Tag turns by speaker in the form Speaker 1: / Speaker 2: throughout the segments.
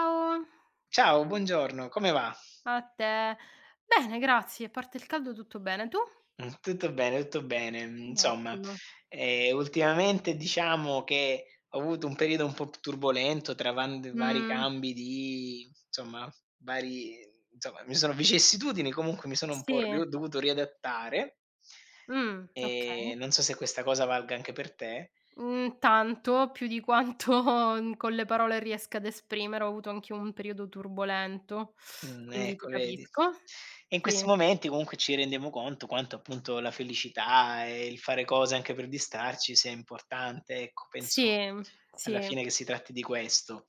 Speaker 1: Ciao,
Speaker 2: Ciao, buongiorno, come va?
Speaker 1: a te. Bene, grazie, a parte il caldo tutto bene. Tu?
Speaker 2: Tutto bene, tutto bene.
Speaker 1: Ottimo.
Speaker 2: Ultimamente diciamo che ho avuto un periodo un po' p turbolento tra van vari
Speaker 1: Mh,
Speaker 2: cambi di insomma, vari insomma, mi sono vicissitudini, comunque mi sono un po'
Speaker 1: sì,
Speaker 2: rio dovuto riadattare.
Speaker 1: okay.
Speaker 2: Non so se questa cosa valga anche per te.
Speaker 1: Mhmm, tanto, più di quanto con le parole riesca ad esprimere. Ho avuto anch'io un periodo turbolento, quindi ti
Speaker 2: Ecco vedi.
Speaker 1: capisco.
Speaker 2: E in
Speaker 1: Sì,
Speaker 2: questi momenti comunque ci rendiamo conto quanto appunto la felicità e il fare cose anche per distrarci sia importante, ecco,
Speaker 1: sì,
Speaker 2: penso alla
Speaker 1: sì.
Speaker 2: fine che si tratti di questo.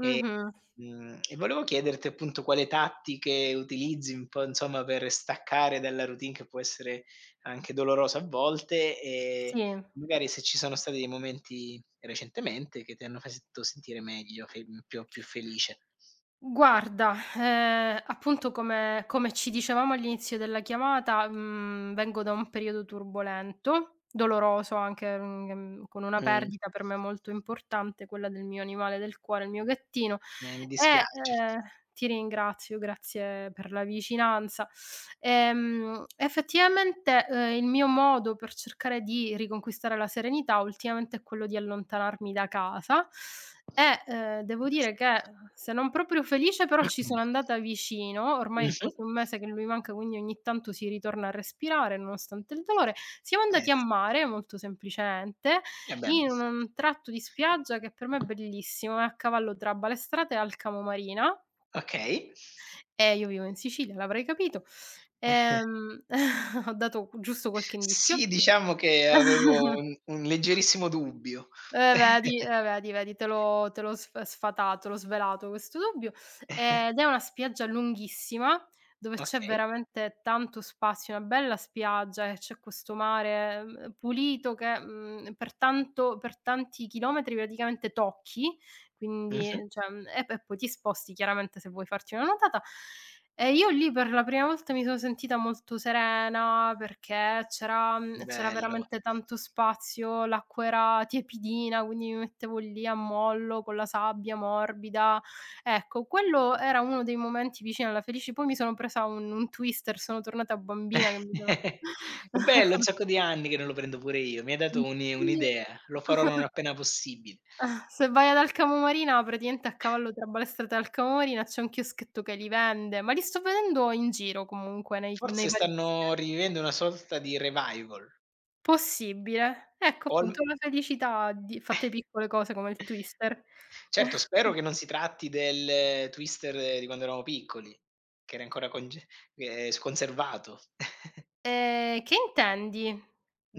Speaker 1: Mh-mh,
Speaker 2: Mhmm, e volevo chiederti appunto quale tattiche utilizzi un po' per staccare dalla routine che può essere anche dolorosa a volte e
Speaker 1: sì.
Speaker 2: magari se ci sono stati dei momenti recentemente che ti hanno fatto sentire meglio, fe più più felice.
Speaker 1: Guarda, appunto come ci dicevamo all'inizio della chiamata, vengo da un periodo turbolento, doloroso anche, con una
Speaker 2: Mh,
Speaker 1: perdita per me molto importante, quella del mio animale del cuore, il mio gattino
Speaker 2: mi
Speaker 1: e,
Speaker 2: dispiace.
Speaker 1: ehm ti ringrazio, grazie per la vicinanza. Effettivamente, il mio modo per cercare di riconquistare la serenità ultimamente è quello di allontanarmi da casa e, devo dire che se non proprio felice, però ci sono
Speaker 2: Mh-mh.
Speaker 1: andata vicino. Ormai è quasi un mese che lui manca, quindi ogni tanto si ritorna a respirare nonostante il dolore. Siamo andati a
Speaker 2: S
Speaker 1: mare, molto semplicemente,
Speaker 2: Eh beh,
Speaker 1: in un tratto di spiaggia che per me è bellissimo, è a cavallo tra Balestrate e Alcamo Marina.
Speaker 2: okay.
Speaker 1: Eh, io vivo in Sicilia, l'avrei capito. Ehm, Ho dato giusto qualche indizio.
Speaker 2: Sì, diciamo che avevo un leggerissimo dubbio.
Speaker 1: Vedi, te l'ho sf sfatato, te l'ho svelato questo dubbio. Ed è una spiaggia lunghissima, dove c'è
Speaker 2: Okay.
Speaker 1: veramente tanto spazio, una bella spiaggia e c'è questo mare, pulito che, per tanti chilometri praticamente tocchi,
Speaker 2: Mh-mh.
Speaker 1: quindi cioè, e poi ti sposti chiaramente se vuoi farti una nuotata. E io lì per la prima volta mi sono sentita molto serena perché c'era
Speaker 2: Bello.
Speaker 1: veramente tanto spazio, l'acqua era tiepidina, quindi mi mettevo lì a mollo con la sabbia morbida. Ecco, quello era uno dei momenti vicini alla felici, poi mi sono presa un twister, sono tornata bambina che mi sono
Speaker 2: Che bello, un sacco di anni che non lo prendo pure io. Mi hai
Speaker 1: Mh,
Speaker 2: dato
Speaker 1: sì,
Speaker 2: un'idea. Lo farò non appena possibile.
Speaker 1: se vai ad Alcamo Marina, praticamente a cavallo tra Balestrata e Alcamo Marina c'è un chioschetto che li vende, ma li sto vedendo in giro comunque nei
Speaker 2: Forse
Speaker 1: vari.
Speaker 2: stanno rivivendo una sorta di revival.
Speaker 1: Possibile. Ecco
Speaker 2: O al
Speaker 1: appunto la felicità di fatte piccole cose come il twister.
Speaker 2: Certo, spero che non si tratti del Twister di quando eravamo piccoli, che era ancora conge s conservato.
Speaker 1: Che intendi?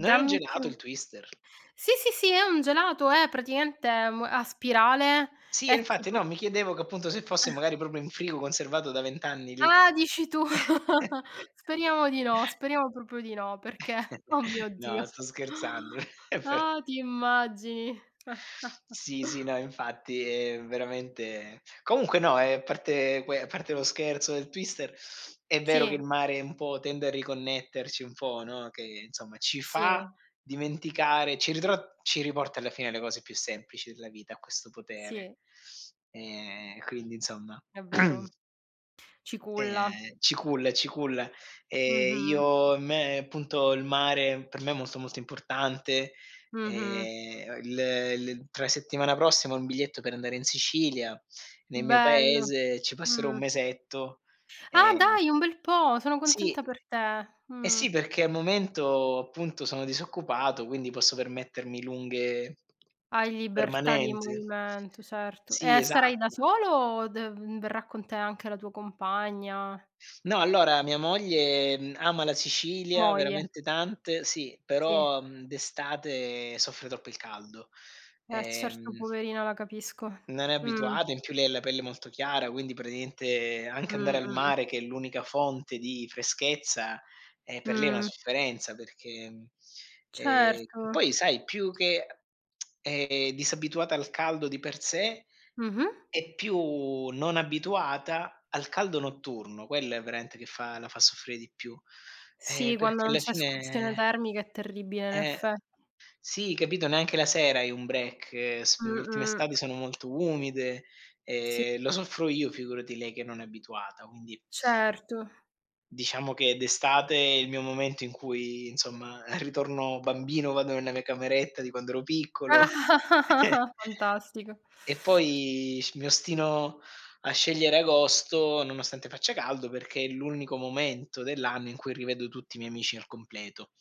Speaker 2: Non è un
Speaker 1: più.
Speaker 2: gelato il Twister.
Speaker 1: Sì, sì, sì, è un gelato, è praticamente mu a spirale,
Speaker 2: Sì, e
Speaker 1: è
Speaker 2: infatti
Speaker 1: tipo.
Speaker 2: no, mi chiedevo che appunto se fosse magari proprio in frigo conservato da 20 anni lì.
Speaker 1: Ah, dici tu. Speriamo di no, speriamo proprio di no, perché oh mio
Speaker 2: No,
Speaker 1: Dio.
Speaker 2: sto scherzando, per
Speaker 1: Ah, ti immagini.
Speaker 2: Sì, sì, no, infatti è veramente comunque no, a parte que a parte lo scherzo del twister, è vero che
Speaker 1: Sì,
Speaker 2: il mare un po' tende a riconnetterci un po', no, che insomma ci
Speaker 1: sì,
Speaker 2: fa dimenticare ci riporta alla fine alle cose più semplici della vita, a questo potere.
Speaker 1: sì,
Speaker 2: Quindi insomma.
Speaker 1: è vero. Ciculla.
Speaker 2: Ci culla, ci culla.
Speaker 1: Mh-mh,
Speaker 2: Io me Appunto il mare per me è molto, molto importante.
Speaker 1: mh-mh.
Speaker 2: Ehm, il il Tra settimana prossima ho un biglietto per andare in Sicilia, nel mio
Speaker 1: Bello,
Speaker 2: paese, ci passerò un
Speaker 1: mh.
Speaker 2: mesetto.
Speaker 1: Ah
Speaker 2: Ehm
Speaker 1: dai, un bel po', sono
Speaker 2: sì,
Speaker 1: contenta per te.
Speaker 2: eh
Speaker 1: Mh.
Speaker 2: sì, perché al momento appunto sono disoccupato, quindi posso permettermi lunghe
Speaker 1: Hai libertà di
Speaker 2: permanenze.
Speaker 1: movimento, certo.
Speaker 2: Sì,
Speaker 1: E sarai da
Speaker 2: esatto.
Speaker 1: solo o verrà con te anche la tua compagna?
Speaker 2: No, allora mia moglie, ama la Sicilia
Speaker 1: Moglie,
Speaker 2: veramente tante sì,
Speaker 1: sì.
Speaker 2: però, d'estate soffre troppo il caldo.
Speaker 1: Eh certo,
Speaker 2: Ehm
Speaker 1: poverina, la capisco.
Speaker 2: Non è
Speaker 1: Mh,
Speaker 2: abituata, in più lei ha la pelle molto chiara, quindi praticamente anche
Speaker 1: mh,
Speaker 2: andare al
Speaker 1: mh, mh.
Speaker 2: mare, che è l'unica fonte di freschezza, per lei è una
Speaker 1: Mh,
Speaker 2: sofferenza perché,
Speaker 1: certo.
Speaker 2: poi sai più che è disabituata al caldo di per sé,
Speaker 1: Mh-mh.
Speaker 2: è più non abituata al caldo notturno, quello è veramente che fa soffrire di più,
Speaker 1: Sì, quando
Speaker 2: perché
Speaker 1: non
Speaker 2: alla
Speaker 1: c'è escursione
Speaker 2: fine
Speaker 1: termica è terribile in
Speaker 2: eh
Speaker 1: effe.
Speaker 2: sì, capito, neanche la sera hai un break, s le ultime
Speaker 1: Mh-mh.
Speaker 2: estati sono molto umide,
Speaker 1: Sì,
Speaker 2: lo soffro io, figurati lei che non è abituata, quindi
Speaker 1: certo.
Speaker 2: diciamo che d'estate è il mio momento in cui, insomma, ritorno bambino, vado nella mia cameretta di quando ero piccolo
Speaker 1: Fantastico.
Speaker 2: e poi sc mi ostino a scegliere agosto, nonostante faccia caldo, perché è l'unico momento dell'anno in cui rivedo tutti i miei amici al completo.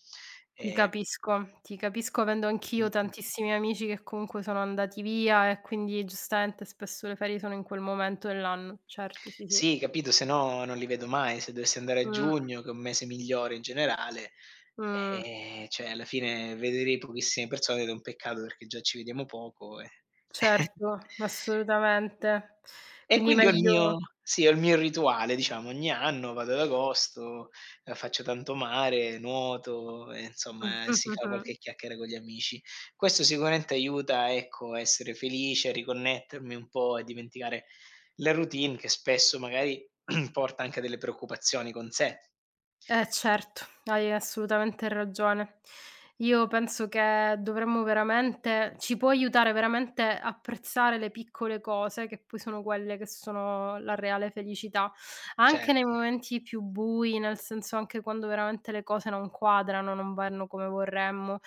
Speaker 2: Ehm,
Speaker 1: Ti capisco avendo anch'io
Speaker 2: Mh-mh.
Speaker 1: tantissimi amici che comunque sono andati via e quindi giustamente spesso le ferie sono in quel momento dell'anno. Certo, sì, sì.
Speaker 2: Sì, capito, se no non li vedo mai. Se dovessi andare a
Speaker 1: Mh,
Speaker 2: giugno, che è un mese migliore in generale,
Speaker 1: mh,
Speaker 2: cioè alla fine vederei pochissime persone ed è un peccato perché già ci vediamo poco e
Speaker 1: certo, assolutamente.
Speaker 2: e
Speaker 1: Quindi
Speaker 2: quindi ho il
Speaker 1: meglio.
Speaker 2: mio sì, ho il mio rituale diciamo, ogni anno vado ad agosto, faccio tanto mare, nuoto e insomma si fa qualche chiacchiera con gli amici. Questo sicuramente aiuta, ecco, a essere felice, a riconnettermi un po' e dimenticare la routine che spesso magari porta anche delle preoccupazioni con sé.
Speaker 1: Eh certo, hai assolutamente ragione. Io penso che dovremmo veramente ci può aiutare veramente a apprezzare le piccole cose, che poi sono quelle che sono la reale felicità, anche nei
Speaker 2: Certo.
Speaker 1: momenti più bui, nel senso anche quando veramente le cose non quadrano, non vanno come vorremmo.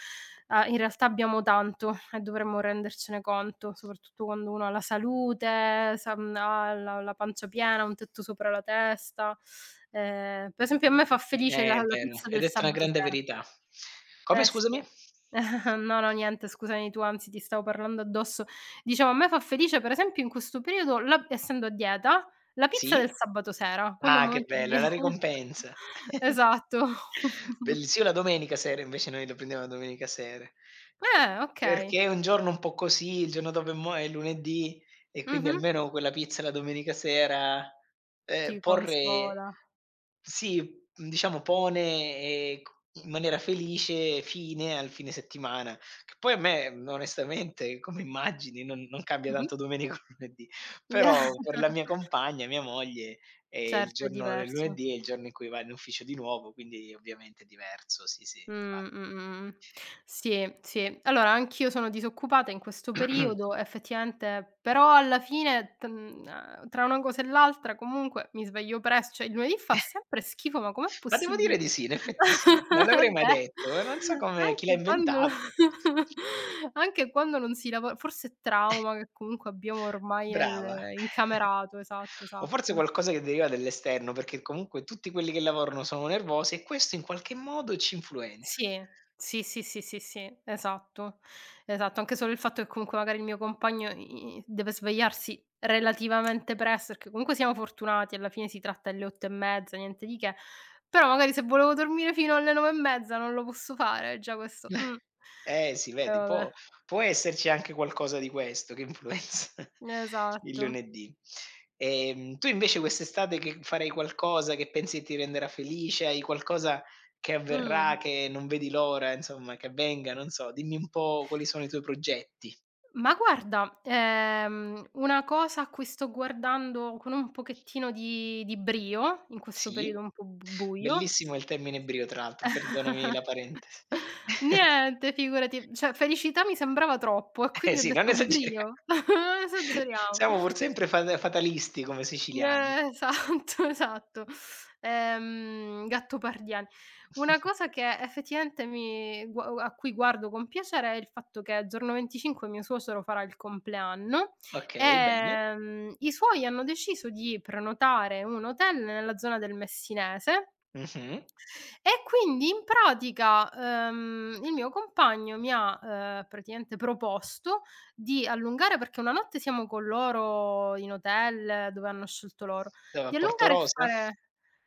Speaker 1: Ah, in realtà abbiamo tanto e dovremmo rendercene conto, soprattutto quando uno ha la salute, ha la pancia piena, un tetto sopra la testa. Per esempio a me fa felice la
Speaker 2: È
Speaker 1: la
Speaker 2: vero,
Speaker 1: pizza
Speaker 2: hai
Speaker 1: del
Speaker 2: detto una
Speaker 1: sabato
Speaker 2: grande
Speaker 1: sera.
Speaker 2: verità. Come
Speaker 1: Eh sì.
Speaker 2: scusami?
Speaker 1: No, no, niente scusami tu, anzi ti stavo parlando addosso. Dicevo a me fa felice per esempio in questo periodo la essendo a dieta, la pizza del
Speaker 2: Sì?
Speaker 1: sabato sera, quello è un
Speaker 2: Ah, che
Speaker 1: momento di
Speaker 2: bella la ricompensa.
Speaker 1: esatto.
Speaker 2: Bell Sì, o la domenica sera, invece noi lo prendiamo la domenica sera, ehm,
Speaker 1: Okay.
Speaker 2: perché è un giorno un po' così, il giorno dopo è lunedì e quindi
Speaker 1: Mh-mh.
Speaker 2: almeno quella pizza la domenica sera,
Speaker 1: Ti
Speaker 2: porre
Speaker 1: consola.
Speaker 2: sì, diciamo pone, c in maniera felice fine al fine settimana, che poi a me, onestamente come immagini non cambia
Speaker 1: Mh-mh.
Speaker 2: tanto domenica o lunedì, però per la mia compagna, mia moglie e il
Speaker 1: Certo, è
Speaker 2: giorno del
Speaker 1: diverso.
Speaker 2: lunedì è il giorno in cui vai in ufficio di nuovo, quindi ovviamente è diverso, sì, sì,
Speaker 1: Mh,
Speaker 2: infa
Speaker 1: mh, mh, mh. Sì, sì. Allora anch'io sono disoccupata in questo periodo, effettivamente, però alla fine tra una cosa e l'altra comunque mi sveglio pres cioè il lunedì fa sempre schifo, ma com'è
Speaker 2: ma devo
Speaker 1: possibile?
Speaker 2: dire di sì, in effetti sì. Non
Speaker 1: Eh
Speaker 2: l'avrei mai
Speaker 1: beh,
Speaker 2: detto e non so come chi l'ha
Speaker 1: anche quando
Speaker 2: inventato.
Speaker 1: anche quando non si lavo forse è trauma che comunque abbiamo ormai
Speaker 2: Brava.
Speaker 1: nel incamerato, esatto,
Speaker 2: O forse
Speaker 1: esatto.
Speaker 2: qualcosa che deriva dall'esterno, perché comunque tutti quelli che lavorano sono nervosi e questo in qualche modo ci influenza.
Speaker 1: Sì, sì, sì, sì, sì, sì, esatto, esatto. Anche solo il fatto che comunque magari il mio compagno i deve svegliarsi relativamente presto, perché comunque siamo fortunati, alla fine si tratta delle 8 e mezza, niente di che, però magari se volevo dormire fino alle 9 e mezza non lo posso fare, già questo.
Speaker 2: Eh sì,
Speaker 1: E
Speaker 2: vedi,
Speaker 1: vabbè,
Speaker 2: può esserci anche qualcosa di questo che influenza il
Speaker 1: esatto.
Speaker 2: lunedì. Tu invece quest'estate che farai qualcosa che pensi ti renderà felice? Hai qualcosa che avverrà,
Speaker 1: Mh.
Speaker 2: che non vedi l'ora, insomma, che avvenga? Non so, dimmi un po' quali sono i tuoi progetti.
Speaker 1: Ma guarda, una cosa a cui sto guardando con un pochettino di brio, in questo
Speaker 2: Sì?
Speaker 1: periodo un po' b buio.
Speaker 2: Bellissimo il termine ebreo, tra l'altro, perdonami la parentesi.
Speaker 1: Niente, figurati. Cioè, felicità mi sembrava troppo e
Speaker 2: Eh
Speaker 1: quindi ho
Speaker 2: sì, non
Speaker 1: detto
Speaker 2: esageriamo.
Speaker 1: brio. Esageriamo.
Speaker 2: Siamo pur sempre fatalisti come siciliani.
Speaker 1: Esatto, esatto. Gattopardiani. Una cosa che effettivamente mi gua a cui guardo con piacere è il fatto che giorno 25 mio suocero farà il compleanno,
Speaker 2: Okay, bene.
Speaker 1: i suoi hanno deciso di prenotare un hotel nella zona del Messinese
Speaker 2: Mh-mh.
Speaker 1: e quindi in pratica, il mio compagno mi ha, praticamente proposto di allungare perché una notte siamo con loro in hotel dove hanno scelto loro,
Speaker 2: Dov'è? A
Speaker 1: di allungare e
Speaker 2: Portorosa?
Speaker 1: fare.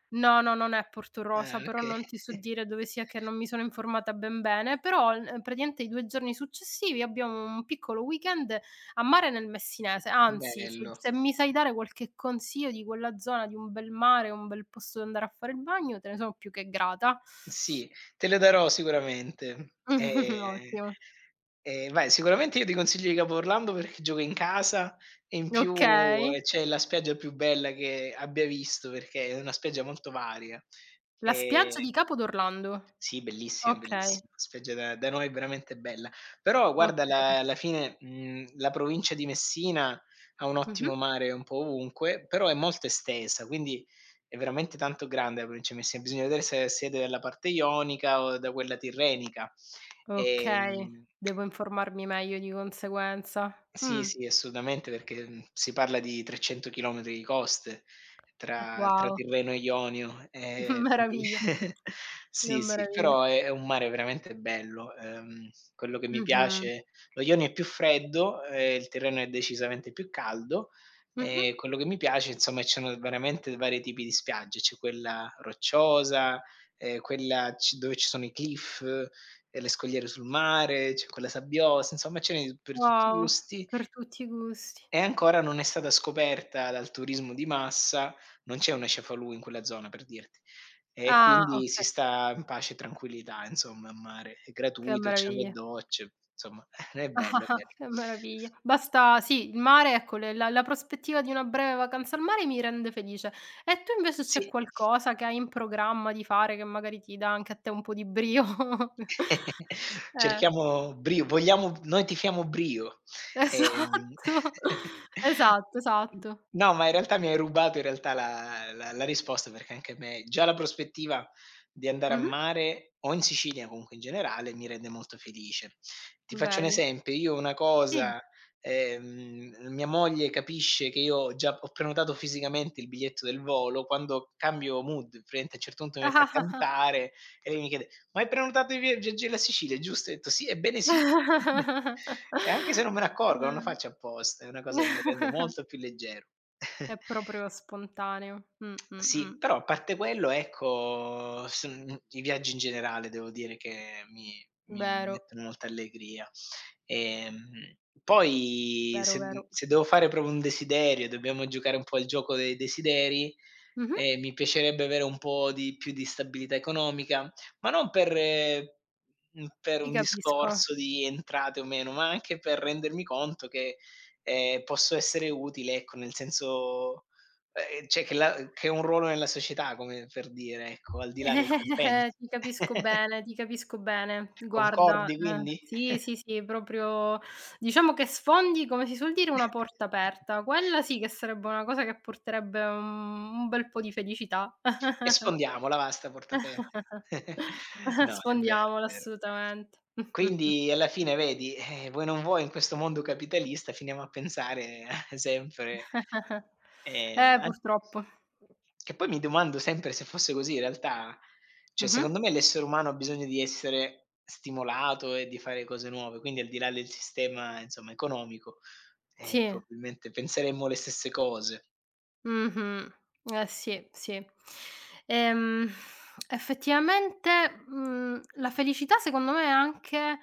Speaker 1: No, no, non è
Speaker 2: Ah,
Speaker 1: Portorosa, però
Speaker 2: okay.
Speaker 1: non ti so dire dove sia che non mi sono informata ben bene, però, praticamente i 2 giorni successivi abbiamo un piccolo weekend a mare nel Messinese, anzi se
Speaker 2: Bello.
Speaker 1: se mi sai dare qualche consiglio di quella zona, di un bel mare, un bel posto dove andare a fare il bagno, te ne sono più che grata.
Speaker 2: Sì, te le darò sicuramente.
Speaker 1: Ottimo.
Speaker 2: Vai, sicuramente io ti consiglio di Capo Orlando perché gioca in casa e in più,
Speaker 1: Okay.
Speaker 2: c'è la spiaggia più bella che abbia visto perché è una spiaggia molto varia.
Speaker 1: La
Speaker 2: Ehm
Speaker 1: spiaggia di Capo d'Orlando.
Speaker 2: Sì, bellissima,
Speaker 1: Okay,
Speaker 2: bellissima. La spiaggia da noi è veramente bella. Però guarda
Speaker 1: okay.
Speaker 2: la alla fine, la provincia di Messina ha un
Speaker 1: Mh-mh.
Speaker 2: ottimo mare un po' ovunque, però è molto estesa, quindi è veramente tanto grande la provincia di Messina. Bisogna vedere se siete dalla parte ionica o da quella tirrenica.
Speaker 1: Okay,
Speaker 2: Ehm
Speaker 1: devo informarmi meglio di conseguenza.
Speaker 2: sì,
Speaker 1: Mh.
Speaker 2: sì, assolutamente, perché, si parla di 300 chilometri di coste tra
Speaker 1: Wow.
Speaker 2: Tirreno e Ionio, quindi
Speaker 1: Meraviglia. Una
Speaker 2: sì, sì,
Speaker 1: meraviglia.
Speaker 2: però è un mare veramente bello. Quello che mi
Speaker 1: Mh-mh.
Speaker 2: piace lo Ionio è più freddo, il Tirreno è decisamente più caldo,
Speaker 1: Mh-mh.
Speaker 2: e quello che mi piace insomma ci sono veramente vari tipi di spiagge, c'è quella rocciosa, quella ci dove ci sono i cliff, e le scogliere sul mare, c'è quella sabbiosa, insomma ce n'è per tutti i
Speaker 1: Wow,
Speaker 2: gusti.
Speaker 1: per tutti i gusti.
Speaker 2: E ancora non è stata scoperta dal turismo di massa, non c'è una cefalù in quella zona per dirti. E
Speaker 1: Ah,
Speaker 2: quindi si
Speaker 1: okay,
Speaker 2: sta in pace e tranquillità insomma a mare, è
Speaker 1: che
Speaker 2: gratuito, ci sono le
Speaker 1: meraviglia.
Speaker 2: docce, insomma è bello, è bello.
Speaker 1: Che meraviglia. Basta sì, il mare ecco, le la prospettiva di una breve vacanza al mare mi rende felice. E tu invece c'è
Speaker 2: Sì.
Speaker 1: qualcosa che hai in programma di fare, che magari ti dà anche a te un po' di brio? Eh,
Speaker 2: Cerchiamo brio, vogliamo noi tifiamo brio. Ehm
Speaker 1: esatto, esatto, esatto.
Speaker 2: No, ma in realtà mi hai rubato in realtà la risposta, perché anche a me già la prospettiva di andare a
Speaker 1: Mh-mh,
Speaker 2: mare, o in Sicilia comunque in generale, mi rende molto felice. Ti faccio un
Speaker 1: vedi.
Speaker 2: esempio, io una
Speaker 1: Sì.
Speaker 2: cosa mia moglie capisce che io ho già ho prenotato fisicamente il biglietto del volo, quando cambio mood, praticamente a un certo punto mi metto a cantare e lei mi chiede: "Ma hai prenotato i via viaggi alla Sicilia, giusto?" Ho detto: "Sì, ebbene sì."
Speaker 1: Mh.
Speaker 2: E anche se non me ne accorgo, non lo faccio apposta, è una cosa che mi rende molto più leggero.
Speaker 1: È proprio spontaneo.
Speaker 2: Sì, però a parte quello ecco, i viaggi in generale devo dire che mi
Speaker 1: Vero,
Speaker 2: mettono molta allegria. Ehm, poi
Speaker 1: vero,
Speaker 2: se mhmm,
Speaker 1: vero.
Speaker 2: Se devo fare proprio un desiderio, dobbiamo giocare un po' al gioco dei desideri,
Speaker 1: Mh-mh.
Speaker 2: mi piacerebbe avere un po' di più di stabilità economica, ma non per per
Speaker 1: Ti
Speaker 2: un
Speaker 1: capisco.
Speaker 2: discorso di entrate o meno, ma anche per rendermi conto che, posso essere utile, ecco, nel senso cioè che un ruolo nella società, come per dire, ecco, al di là del compenso.
Speaker 1: Ti capisco bene, ti capisco bene. Guarda,
Speaker 2: Concordi quindi?
Speaker 1: sì, sì, sì, proprio diciamo che sfondi, come si suol dire, una porta aperta. Quella sì che sarebbe una cosa che porterebbe un bel po' di felicità.
Speaker 2: E sfondiamola va, 'sta porta aperta. No, è vero,
Speaker 1: Sfondiamola
Speaker 2: è vero.
Speaker 1: assolutamente.
Speaker 2: Quindi alla fine vedi, vuoi non vuoi in questo mondo capitalista finiamo a pensare sempre An
Speaker 1: Purtroppo.
Speaker 2: Che poi mi domando sempre se fosse così in realtà, cioè
Speaker 1: Mh-mh.
Speaker 2: secondo me l'essere umano ha bisogno di essere stimolato e di fare cose nuove, quindi al di là del sistema insomma economico,
Speaker 1: Sì.
Speaker 2: probabilmente penseremmo le stesse cose.
Speaker 1: Mh-mh. Eh sì, sì. Ehm, Effettivamente, la felicità secondo me è anche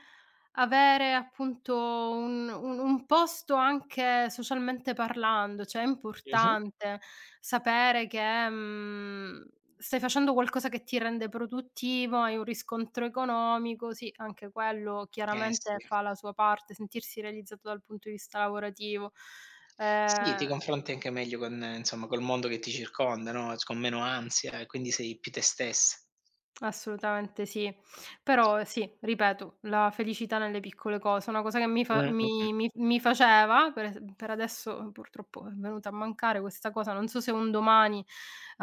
Speaker 1: avere appunto un posto anche socialmente parlando, cioè è
Speaker 2: Mh-mh.
Speaker 1: importante sapere che, stai facendo qualcosa che ti rende produttivo, hai un riscontro economico, sì, anche quello
Speaker 2: Eh sì.
Speaker 1: chiaramente fa la sua parte, sentirsi realizzato dal punto di vista lavorativo.
Speaker 2: Sì, ti
Speaker 1: Ehm
Speaker 2: confronti anche meglio con insomma col mondo che ti circonda, no, s con meno ansia e quindi sei più te stessa.
Speaker 1: Assolutamente sì. Però sì, ripeto, la felicità nelle piccole cose, una cosa che mi fa
Speaker 2: Mh-mh.
Speaker 1: mi mi mi faceva, per adesso purtroppo è venuta a mancare questa cosa, non so se un domani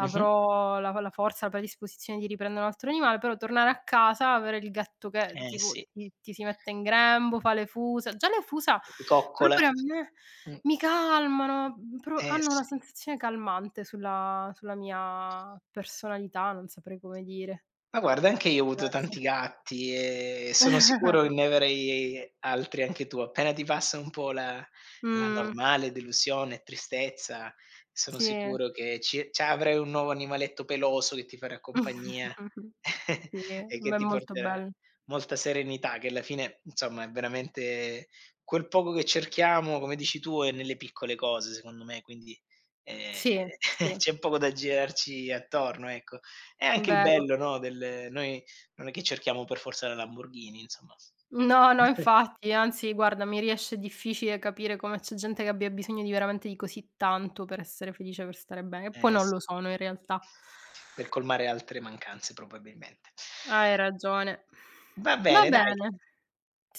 Speaker 2: Mh-mh.
Speaker 1: la forza, la predisposizione di riprendere un altro animale, però tornare a casa, avere il gatto che
Speaker 2: Eh
Speaker 1: tipo
Speaker 2: sì,
Speaker 1: ti si mette in grembo, fa le fusa. Già le fusa
Speaker 2: e ti coccola.
Speaker 1: proprio a me
Speaker 2: Mh,
Speaker 1: mi calmano, mhmm, pro hanno
Speaker 2: s
Speaker 1: una sensazione calmante sulla mia personalità, non saprei come dire.
Speaker 2: Ma guarda anche io ho avuto tanti
Speaker 1: Grazie.
Speaker 2: gatti e sono sicuro che ne avrai altri anche tu. Appena ti passa un po' la
Speaker 1: Mh,
Speaker 2: normale delusione e tristezza, sono
Speaker 1: sì.
Speaker 2: sicuro che ci cioè avrai un nuovo animaletto peloso che ti farà compagnia
Speaker 1: Sì,
Speaker 2: e che
Speaker 1: beh,
Speaker 2: ti
Speaker 1: molto
Speaker 2: porterà
Speaker 1: bello.
Speaker 2: molta serenità, che alla fine, insomma, è veramente quel poco che cerchiamo, come dici tu, è nelle piccole cose secondo me, quindi, ehm,
Speaker 1: Sì, sì,
Speaker 2: c'è poco da girarci attorno, ecco. È anche il
Speaker 1: vero.
Speaker 2: bello, no, del noi non è che cerchiamo per forza la Lamborghini, insomma.
Speaker 1: No, no, infatti, anzi guarda, mi riesce difficile capire come c'è gente che abbia bisogno di veramente di così tanto per essere felice, per stare bene, che poi
Speaker 2: Eh
Speaker 1: non
Speaker 2: sì,
Speaker 1: lo sono in realtà.
Speaker 2: per colmare altre mancanze probabilmente.
Speaker 1: Hai ragione.
Speaker 2: Va
Speaker 1: Va
Speaker 2: bene dai,
Speaker 1: bene.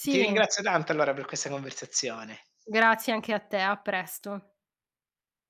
Speaker 2: ti ringrazio tanto allora per questa conversazione.
Speaker 1: grazie anche a te, a presto.